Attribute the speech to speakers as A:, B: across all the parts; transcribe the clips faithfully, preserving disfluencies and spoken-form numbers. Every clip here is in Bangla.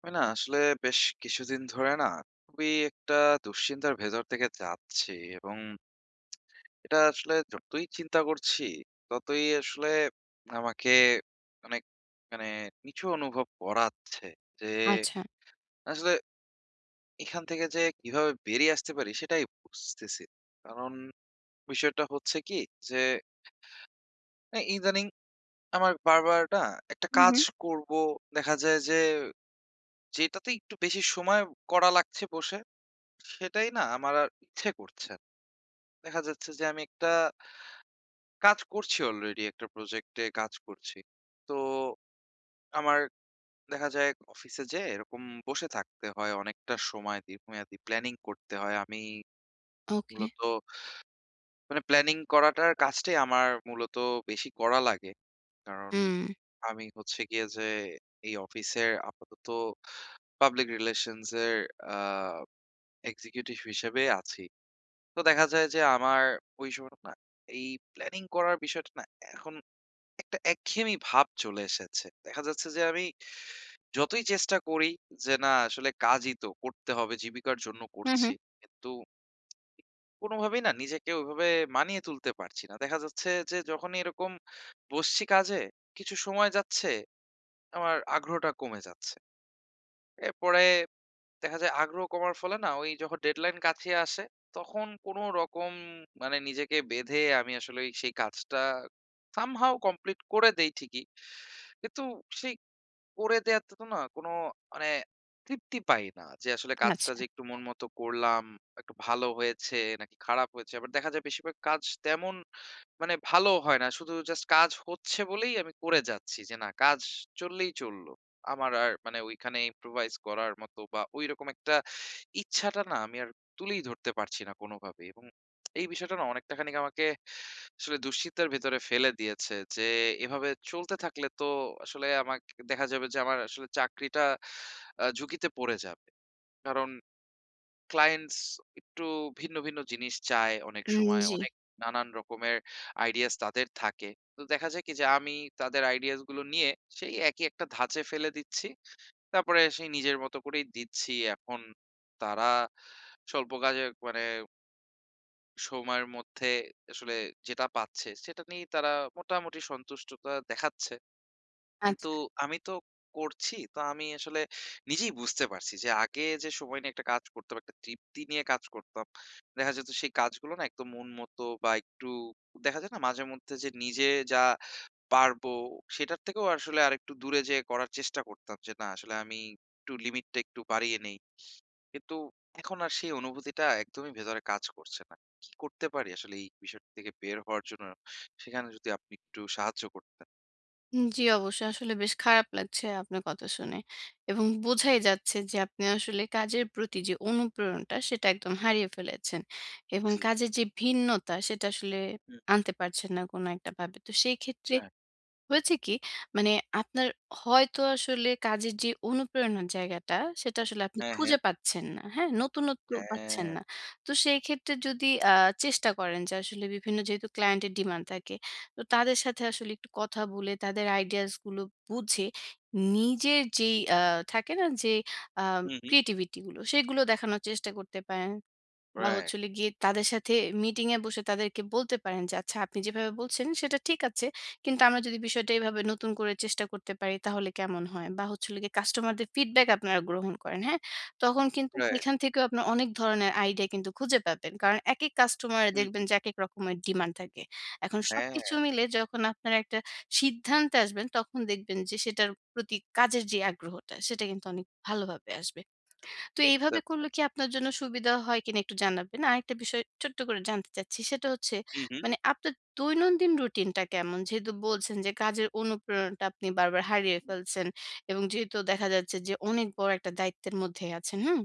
A: আমি না আসলে বেশ কিছুদিন ধরে না খুবই একটা দুশ্চিন্তার ভেতর থেকে যাচ্ছি এবং এটা আসলে যতই চিন্তা করছি ততই আসলে আমাকে অনেক মানে নিচু অনুভব করাচ্ছে যে
B: আচ্ছা।
A: আসলে এখান থেকে যে কিভাবে বেরিয়ে আসতে পারি সেটাই বুঝতেছি না। কারণ বিষয়টা হচ্ছে কি যে এই ইদানিং আমার বারবার না একটা
B: হুম,
A: কাজ
B: হুম।
A: করব দেখা যায় যে যেটাতে একটু বেশি সময় করা লাগছে বসে সেটাই না আমার আর ইচ্ছে করছে না। দেখা যাচ্ছে যে আমি একটা কাজ করছি অলরেডি একটা প্রজেক্টে কাজ করছি। তো আমার দেখা যায় অফিসে যেয়ে এরকম বসে থাকতে হয় অনেকটা সময় দীর্ঘমেয়াদী প্ল্যানিং করতে হয়। আমি
B: ওকে।
A: মূলত মানে প্ল্যানিং করাটার কাজটাই আমার মূলত বেশি করা লাগে। কারণ
B: হুম।
A: আমি হচ্ছে গিয়ে যে এই অফিসের আপাতত পাবলিক রিলেশনস এর আ এক্সিকিউটিভ হিসেবে আছি। তো দেখা যায় যে আমার ওই সময়টা না এই প্ল্যানিং করার বিষয়টা না এখন একটা একঘেয়েমি ভাব চলে এসেছে। দেখা যাচ্ছে যে আমি যতই চেষ্টা করি যে না আসলে কাজই তো করতে হবে, জীবিকার জন্য
B: হুম,
A: করছি।
B: হুম।
A: কিন্তু কোনোভাবেই না নিজেকে ওইভাবে মানিয়ে তুলতে পারছি না। দেখা যাচ্ছে যে যখনই এরকম বসছি কাজে, কিছু সময় যাচ্ছে, আমার আগ্রহটা কমে যাচ্ছে। এরপরে দেখা যায় আগ্রহ কমার ফলে না ওই যখন ডেডলাইন কাছে আসে তখন কোনো রকম মানে নিজেকে বেঁধে আমি আসলে ওই সেই কাজটা সামহাও কমপ্লিট করে দেই ঠিকই কিন্তু সেই করে দেয়াতে তো না কোনো মানে তৃপ্তি পাই না। যে আসলে
B: আচ্ছা।
A: কাজটা যে একটু মন মতো করলাম, একটু ভালো হয়েছে নাকি খারাপ হয়েছে। আবার দেখা যায় বেশিরভাগ কাজ তেমন মানে ভালো হয় না। শুধু জাস্ট কাজ হচ্ছে বলেই আমি করে যাচ্ছি। যে না কাজ চললেই চলল। আমার আর মানে ওইখানে improvise করার মতো বা ঐরকম একটা ইচ্ছাটা না আমি আর তুলেই ধরতে পারছি না কোনোভাবেই এবং এই বিষয়টা না অনেকটা খানিক আমাকে আসলে দুশ্চিন্তার ভেতরে ফেলে দিয়েছে যে এভাবে চলতে থাকলে তো আসলে আমাকে দেখা যাবে যে আমার আসলে চাকরিটা আ ঝুঁকিতে পড়ে যাবে। কারণ ক্লায়েন্টস একটু ভিন্ন, ভিন্ন জিনিস চায় অনেক
B: উম
A: সময়।
B: জি।
A: অনেক নানান রকমের আইডিয়াস তাদের থাকে। তো দেখা যায় কি যে আমি তাদের আইডিয়াস গুলো নিয়ে সেই একই একটা ধাঁচে ফেলে দিচ্ছি। তারপরে সেই নিজের মতো করেই দিচ্ছি। এখন তারা স্বল্প কাজে মানে সময়ের মধ্যে আসলে যেটা পাচ্ছে সেটা নিয়েই তারা মোটামুটি সন্তুষ্টতা দেখাচ্ছে।
B: আচ্ছা।
A: কিন্তু আমি তো করছি, তো আমি আসলে নিজেই বুঝতে পারছি যে আগে যে সময় নিয়ে একটা কাজ করতাম, একটা তৃপ্তি নিয়ে কাজ করতাম। দেখা যেত সেই কাজগুলো না একদম মন মতো বা একটু দেখা যায় না মাঝে মধ্যে যে নিজে যা পারবো সেটার থেকেও আসলে আরেকটু দূরে যেয়ে করার চেষ্টা করতাম যে না আসলে আমি একটু লিমিটটা একটু বাড়িয়ে নেই। কিন্তু এখন আর সেই অনুভূতিটা একদমই ভেতরে কাজ করছে না। কি করতে পারি আসলে এই বিষয়টা থেকে বের হওয়ার জন্য? সেখানে যদি আপনি একটু সাহায্য করতেন।
B: জি, অবশ্যই। আসলে বেশ খারাপ লাগছে আপনার কথা শুনে। এবং বোঝাই যাচ্ছে যে আপনি আসলে কাজের প্রতি যে অনুপ্রেরণাটা সেটা একদম হারিয়ে ফেলেছেন। এবং
A: জি।
B: কাজের যে ভিন্নতা সেটা আসলে
A: হুম।
B: আনতে পারছেন না কোনো একটা ভাবে। তো সেই ক্ষেত্রে
A: হ্যাঁ,
B: হয়েছে কি? মানে আপনার হয়তো আসলে কাজের যে অনুপ্রেরণার জায়গাটা, সেটা আসলে আপনি
A: হ্যাঁ, হ্যাঁ,
B: খুঁজে পাচ্ছেন না। হ্যাঁ? নতুনত্ব পাচ্ছেন
A: হ্যাঁ।
B: না। তো সেই ক্ষেত্রে যদি আ চেষ্টা করেন যে আসলে বিভিন্ন যেহেতু ক্লায়েন্টের ডিমান্ড থাকে, তো তাদের সাথে আসলে একটু কথা বলে তাদের আইডিয়াস গুলো বুঝে নিজের যেই আ থাকে না যে আ
A: হুম, হুম।
B: ক্রিয়েটিভিটি গুলো, সেগুলো দেখানোর চেষ্টা করতে পারেন। বা
A: রাইট,
B: হচ্ছে হলো গিয়ে তাদের সাথে মিটিং এ বসে তাদেরকে বলতে পারেন যে, "আচ্ছা আপনি যেভাবে বলছেন সেটা ঠিক আছে। কিন্তু আমরা যদি বিষয়টা এভাবে নতুন করে চেষ্টা করতে পারি তাহলে কেমন হয়?" বা হচ্ছে হলো গিয়ে কাস্টমারদের ফিডব্যাক আপনারা গ্রহণ করেন, হ্যাঁ? তখন কিন্তু
A: রাইট।
B: সেখান থেকেও আপনার অনেক ধরনের আইডিয়া কিন্তু খুঁজে পাবেন। কারণ একেক কাস্টমারে
A: হুম,
B: দেখবেন
A: হুম।
B: যে একেক রকমের ডিমান্ড থাকে। এখন সবকিছু
A: হ্যাঁ,
B: মিলে যখন আপনারা একটা সিদ্ধান্তে আসবেন তখন দেখবেন যে সেটার প্রতি কাজের যে আগ্রহটা সেটা কিন্তু অনেক ভালোভাবে আসবে। তো
A: বুঝতে
B: এইভাবে করলে কি
A: পেরেছি।
B: আপনার জন্য সুবিধা হয় কিনা একটু জানাবেন? আরেকটা বিষয় ছোট্ট করে জানতে চাচ্ছি। সেটা হচ্ছে
A: হুম, হুম।
B: মানে আপনার দৈনন্দিন রুটিনটা কেমন? যেহেতু বলছেন যে কাজের অনুপ্রেরণাটা আপনি বারবার হারিয়ে ফেলছেন এবং যেহেতু দেখা যাচ্ছে যে অনেক বড় একটা দায়িত্বের মধ্যে আছেন, হুম?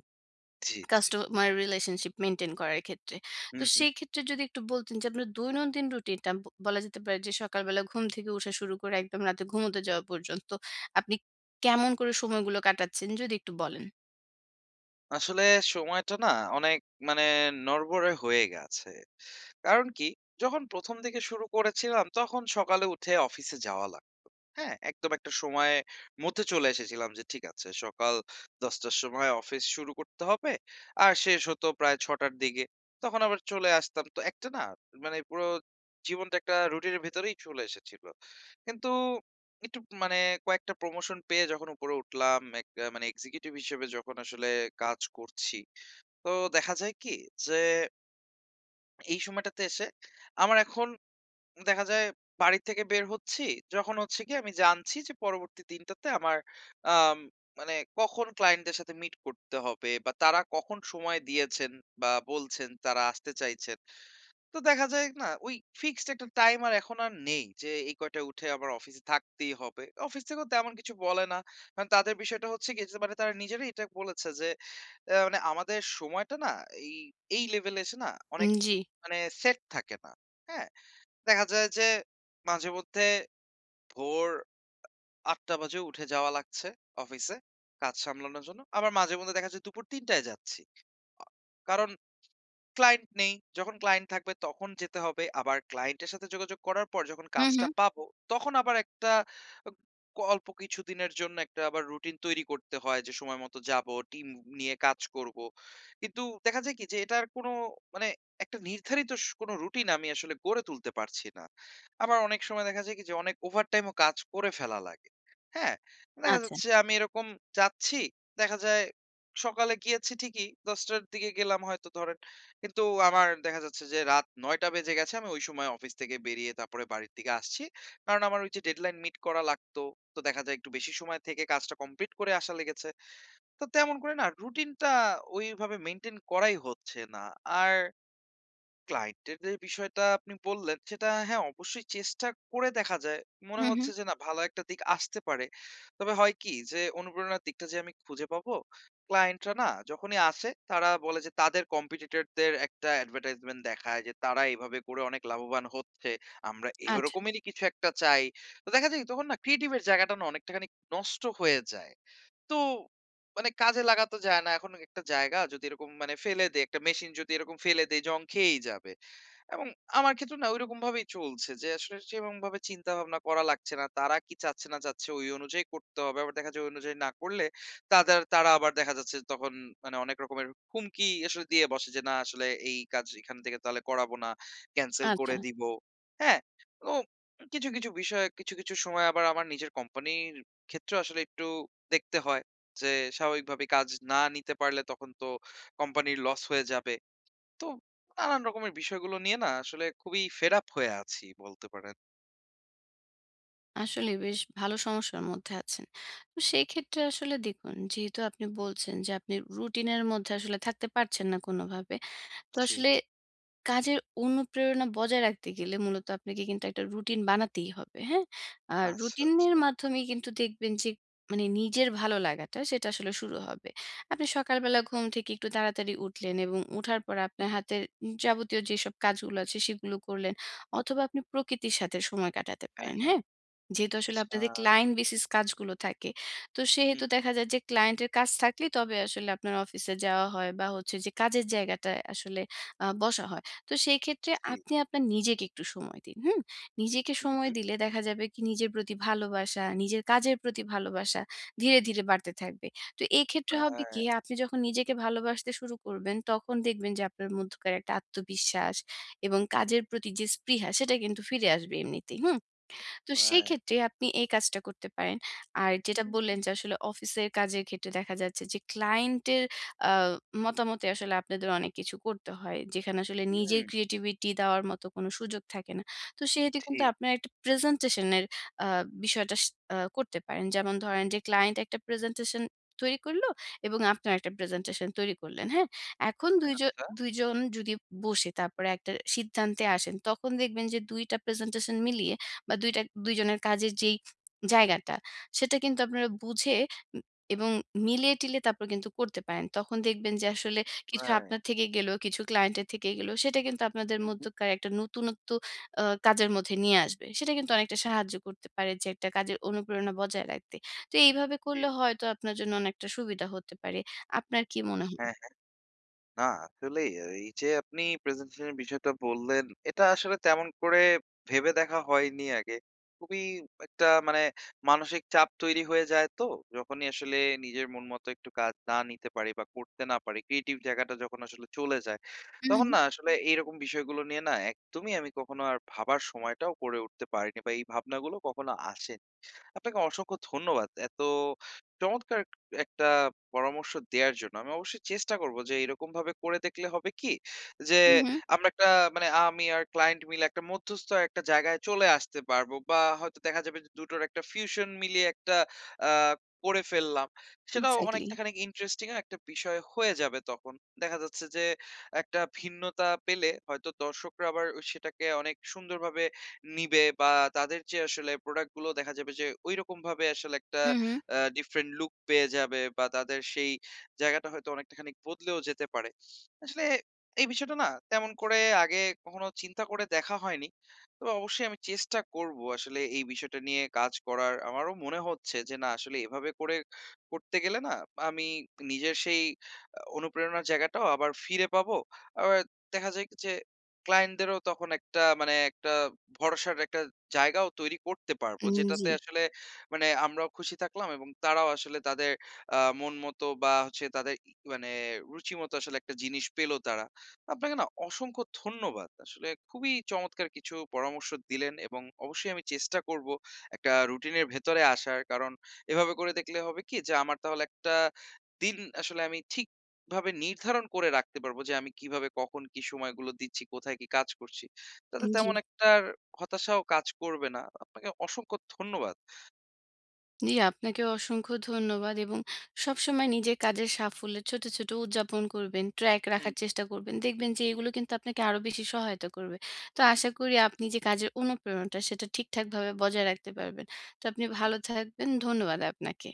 A: জি, জি।
B: কাস্টমার রিলেশনশিপ মেইনটেইন করার ক্ষেত্রে। তো
A: হুম, হুম।
B: সেই ক্ষেত্রে যদি একটু বলতেন যে আপনার দৈনন্দিন রুটিনটা ব বলা যেতে পারে যে সকালবেলা ঘুম থেকে উঠা শুরু করে একদম রাতে ঘুমোতে যাওয়া পর্যন্ত আপনি কেমন করে সময়গুলো কাটাচ্ছেন যদি একটু বলেন?
A: আসলে সময়টা না অনেক মানে নড়বড়ে হয়ে গেছে। কারণ কি? যখন প্রথম দিকে শুরু করেছিলাম তখন সকালে উঠে অফিসে যাওয়া লাগ হ্যাঁ, একদম একটা সময়ের মধ্যে চলে এসেছিলাম যে ঠিক আছে সকাল দশটা র সময় অফিস শুরু করতে হবে। আর শেষ হতো প্রায় ছয়টা র দিকে। তখন আবার চলে আসতাম। তো একটা না মানে পুরো জীবনটা একটা রুটিন এর ভেতরেই চলে এসেছিল। কিন্তু একটু মানে কয়েকটা প্রমোশন পেয়ে যখন উপরে উঠলাম এক আ মানে এক্সিকিউটিভ হিসেবে যখন আসলে কাজ করছি, তো দেখা যায় কি যে এই সময়টাতে এসে আমার এখন দেখা যায় বাড়ি থেকে বের হচ্ছি, যখন হচ্ছে গিয়ে আমি জানছি যে পরবর্তী দিনটাতে আমার আম মানে কখন ক্লায়েন্টদের সাথে মিট করতে হবে বা তারা কখন সময় দিয়েছেন বা বলছেন তারা আসতে চাইছেন। তো দেখা যায় না ওই ফিক্সড একটা টাইম আর এখন আর নেই যে এই কয়টায় উঠে আমার অফিসে থাকতেই হবে। অফিস থেকেও তেমন কিছু বলে না। কারণ তাদের বিষয়টা হচ্ছে কি যে মানে তারা নিজেরাই এটা বলেছে যে আ মানে আমাদের সময়টা না এই, এই লেভেলে এসে না অনেক
B: উম জি।
A: মানে সেট থাকে না। হ্যাঁ? দেখা যায় যে মাঝেমধ্যে ভোর আটটা বাজে উঠে যাওয়া লাগছে অফিসে কাজ সামলানোর জন্য। আবার মাঝেমধ্যে দেখা যায় দুপুর তিনটা টায় যাচ্ছি। কারণ ক্লায়েন্ট নেই। যখন ক্লায়েন্ট থাকবে তখন যেতে হবে। আবার ক্লায়েন্টের সাথে যোগাযোগ করার পর যখন
B: হু, হু।
A: কাজটা পাবো, তখন আবার একটা ক অল্প কিছুদিনের জন্য একটা আবার রুটিন তৈরি করতে হয় যে সময় মতো যাবো, টিম নিয়ে কাজ করব। কিন্তু দেখা যায় কি যে এটার কোনো মানে একটা নির্ধারিত স কোনো রুটিন আমি আসলে গড়ে তুলতে পারছি না। আবার অনেক সময় দেখা যায় কি যে অনেক ওভারটাইমও কাজ করে ফেলা লাগে। হ্যাঁ? দেখা
B: আচ্ছা।
A: যাচ্ছে আমি এরকম যাচ্ছি, দেখা যায় সকালে গিয়েছি ঠিকই দশটা টার দিকে গেলাম হয়তো ধরেন কিন্তু আমার দেখা যাচ্ছে যে রাত নয়টা বেজে গেছে। আমি ওই সময় অফিস থেকে বেরিয়ে তারপরে বাড়ির দিকে আসছি। কারণ আমার ওই যে ডেডলাইন মিট করা লাগতো। তো দেখা যায় একটু বেশি সময় থেকে কাজটা কমপ্লিট করে আসা লেগেছে। তো তেমন করে না রুটিনটা ওইভাবে মেইনটেইন করাই হচ্ছে না। আর ক্লায়েন্টের যে বিষয়টা আপনি বললেন, সেটা হ্যাঁ, অবশ্যই চেষ্টা করে দেখা যায়। মনে
B: হুম, হুম।
A: হচ্ছে যে না ভালো একটা দিক আসতে পারে। তবে হয় কি যে অনুপ্রেরণার দিকটা যে আমি খুঁজে পাবো, ক্লায়েন্টরা না যখনই আসে তারা বলে যে তাদের কম্পিটিটরদের একটা অ্যাডভার্টাইজমেন্ট দেখায় যে তারা এভাবে করে অনেক লাভবান হচ্ছে। আমরা
B: আচ্ছা,
A: এরকমেরই কিছু একটা চাই। তো দেখা যায় তখন না ক্রিয়েটিভ এর জায়গাটা না অনেকটাখানি নষ্ট হয়ে যায়। তো মানে কাজে লাগাতো যায় না। এখন একটা জায়গা যদি এরকম মানে ফেলে দেই, একটা মেশিন যদি এরকম ফেলে দেই জং খেয়েই যাবে। এবং আমার ক্ষেত্রে না ঐরকম ভাবেই চলছে যে আসলে সেরকমভাবে চিন্তা ভাবনা করা লাগছে না। তারা কি চাচ্ছে না চাচ্ছে ওই অনুযায়ী করতে হবে। আবার দেখা যায় ওই অনুযায়ী না করলে তাদের তারা আবার দেখা যাচ্ছে তখন মানে অনেক রকমের হুমকি আসলে দিয়ে বসে যে না আসলে এই কাজ এখান থেকে তাহলে করাবো না, ক্যানসেল
B: আচ্ছা।
A: করে দিব। হ্যাঁ? তো কিছু, কিছু বিষয় কিছু, কিছু সময় আবার আমার নিজের কোম্পানির ক্ষেত্রেও আসলে একটু দেখতে হয় যে স্বাভাবিকভাবে কাজ না নিতে পারলে তখন তো কোম্পানির লস হয়ে যাবে। তো নানান রকমের বিষয়গুলো নিয়ে না আসলে খুবই ফেড আপ হয়ে আছি বলতে পারেন।
B: আসলেই বেশ ভালো সমস্যার মধ্যে আছেন। তো সেই ক্ষেত্রে আসলে দেখুন, যেহেতু আপনি বলছেন যে আপনি রুটিনের মধ্যে আসলে থাকতে পারছেন না কোনোভাবে। তো
A: জি,
B: আসলে
A: জি।
B: কাজের অনুপ্রেরণা বজায় রাখতে গেলে মূলত আপনাকে কিন্তু একটা রুটিন বানাতেই হবে। হ্যাঁ? আর
A: আচ্ছা,
B: রুটিনের
A: আচ্ছা।
B: মাধ্যমেই কিন্তু দেখবেন যে মানে নিজের ভালো লাগাটা সেটা আসলে শুরু হবে। আপনি সকালবেলা ঘুম থেকে একটু তাড়াতাড়ি উঠলেন এবং উঠার পর আপনার হাতের যাবতীয় যেসব কাজগুলো আছে সেগুলো করলেন। অথবা আপনি প্রকৃতির সাথে সময় কাটাতে
A: হ্যাঁ,
B: পারেন।
A: হ্যাঁ।
B: হ্যাঁ? যেহেতু আসলে
A: আচ্ছা।
B: আপনাদের ক্লায়েন্ট বেসিস কাজগুলো থাকে। তো সেহেতু
A: হুম,
B: দেখা যায় যে ক্লায়েন্টের কাজ থাকলেই তবে আসলে আপনার অফিসে যাওয়া হয় বা হচ্ছে যে কাজের জায়গাটায় আসলে আ বসা হয়। তো সেই ক্ষেত্রে
A: জি।
B: আপনি আপনার নিজেকে একটু সময় দিন। হুম? নিজেকে
A: হুম,
B: সময়
A: হুম।
B: দিলে দেখা যাবে কি নিজের প্রতি ভালোবাসা, নিজের কাজের প্রতি ভালোবাসা ধীরে, ধীরে বাড়তে থাকবে। তো এক্ষেত্রে হবে কি
A: রাইট,
B: আপনি যখন নিজেকে ভালোবাসতে শুরু করবেন তখন দেখবেন যে আপনার মধ্যকার একটা আত্মবিশ্বাস এবং কাজের প্রতি যে স্পৃহা সেটা কিন্তু ফিরে আসবে এমনিতেই। হুম? তো সেই
A: রাইট।
B: ক্ষেত্রে আপনি এই কাজটা করতে পারেন। আর যেটা
A: হুম,
B: বললেন যে আসলে অফিসের কাজের ক্ষেত্রে দেখা যাচ্ছে যে ক্লায়েন্টের আ মতামতে আসলে আপনাদের অনেক কিছু করতে হয়। যেখানে আসলে নিজের
A: হুম,
B: ক্রিয়েটিভিটি দেওয়ার মতো কোনো সুযোগ থাকে না। তো সেহেতু
A: জি।
B: কিন্তু আপনার একটা প্রেজেন্টেশন এর আ বিষয়টা স আ করতে পারেন। যেমন ধরেন যে ক্লায়েন্ট একটা প্রেজেন্টেশন তৈরি করলো এবং আপনার একটা প্রেজেন্টেশন তৈরি করলেন, হ্যাঁ? এখন ২ জ
A: আচ্ছা।
B: দুই জন যদি বসে তারপরে একটা সিদ্ধান্তে আসেন, তখন দেখবেন যে দুই টা প্রেজেন্টেশন মিলিয়ে বা দুই টা দুই জনের কাজের যেই জায়গাটা, সেটা কিন্তু আপনারা বুঝে উম এবং মিলিয়ে-টিলিয়ে তারপর কিন্তু করতে পারেন। তখন দেখবেন যে আসলে কিছু
A: রাইট।
B: আপনার থেকে গেল, কিছু ক্লায়েন্টের থেকে গেল। সেটা কিন্তু আপনাদের
A: হুম, হুম।
B: মধ্যকার একটা নতুনত্ব আ কাজের মধ্যে নিয়ে আসবে। সেটা কিন্তু অনেকটা সাহায্য করতে পারে যে একটা কাজের অনুপ্রেরণা বজায় রাখতে। তো এইভাবে
A: জি।
B: করলে হয়তো আপনার জন্য অনেকটা সুবিধা হতে পারে। আপনার কি মনে হয়?
A: হ্যাঁ। না, আসলেই এই যে আপনি প্রেজেন্টেশন এর বিষয়টা বললেন, এটা আসলে তেমন করে ভেবে দেখা হয়নি আগে। খুবই একটা মানে মানসিক চাপ তৈরি হয়ে যায় তো, যখনই আসলে নিজের মন মতো একটু কাজ না নিতে পারি বা করতে না পারি, ক্রিয়েটিভ জায়গাটা যখন আসলে চলে যায়,
B: হু,
A: তখন
B: হু।
A: না আসলে এইরকম বিষয়গুলো নিয়ে না একদমই আমি কখনো আর ভাবার সময়টাও করে উঠতে পারিনি বা এই ভাবনাগুলো কখনো আসেনি। আপনাকে অসংখ্য ধন্যবাদ। এত চমৎকার একটা পরামর্শ দেয়ার জন্য। আমি অবশ্যই চেষ্টা করব যে এরকমভাবে করে দেখলে হবে কি? যে
B: হু, হু।
A: আমরা একটা মানে আমি আর ক্লায়েন্ট মিলে একটা মধ্যস্থ একটা জায়গায় চলে আসতে পারবো বা হয়তো দেখা যাবে যে দুটোর একটা ফিউশন মিলিয়ে একটা আ করে ফেললাম। সেটাও
B: এক্সাক্টলি।
A: অনেকটা খানিক ইন্টারেস্টিং ও একটা বিষয় হয়ে যাবে তখন। দেখা যাচ্ছে যে একটা ভিন্নতা পেলে হয়তো দর্শকরা আবার সেটাকে অনেক সুন্দরভাবে নিবে বা তাদের যে আসলে প্রোডাক্ট গুলো দেখা যাবে যে ওইরকম ভাবে আসলে একটা
B: হু, হু।
A: ডিফারেন্ট লুক পেয়ে যাবে বা তাদের সেই জায়গাটা হয়তো অনেকটা খানিক বদলেও যেতে পারে আসলে এই বিষয়টা না তেমন করে আগে কখনো চিন্তা করে দেখা হয়নি তবে অবশ্যই আমি চেষ্টা করব আসলে এই বিষয়টা নিয়ে কাজ করার আমারও মনে হচ্ছে যে না আসলে এভাবে করে করতে গেলে না আমি নিজের সেই আহ, অনুপ্রেরণার জায়গাটাও আবার ফিরে পাবো আবার দেখা যায় কি যে ক্লায়েন্টদেরও তখন একটা মানে একটা ভরসার একটা জায়গাও তৈরি করতে পারবো।
B: উম
A: যেটাতে
B: জি,
A: আসলে মানে আমরাও খুশি থাকলাম এবং তারাও আসলে তাদের আ মন মতো বা হচ্ছে তাদের ই মানে রুচি মতো আসলে একটা জিনিস পেল তারা। আপনাকে না অসংখ্য ধন্যবাদ। আসলে খুবই চমৎকার কিছু পরামর্শ দিলেন এবং অবশ্যই আমি চেষ্টা করব একটা রুটিনের ভেতরে আসার। কারণ এভাবে করে দেখলে হবে কি যে আমার তাহলে একটা দিন আসলে আমি ঠিকভাবে নির্ধারণ করে রাখতে পারবো যে আমি কিভাবে, কখন, কি সময়গুলো দিচ্ছি, কোথায় কি কাজ করছি। তাতে
B: জি।
A: তেমন একটা হতাশাও কাজ করবে না। আপনাকে অসংখ্য ধন্যবাদ।
B: জি, আপনাকেও অসংখ্য ধন্যবাদ এবং সবসময় নিজের কাজের সাফল্যের ছোট, ছোট উদযাপন করবেন। ট্র্যাক রাখার
A: হুম।
B: চেষ্টা করবেন। দেখবেন যে এগুলো কিন্তু আপনাকে আরো বেশি সহায়তা করবে। তো আশা করি আপনি যে কাজের অনুপ্রেরণাটা সেটা ঠিকঠাকভাবে বজায় রাখতে পারবেন। তো আপনি ভালো থাকবেন। ধন্যবাদ আপনাকে।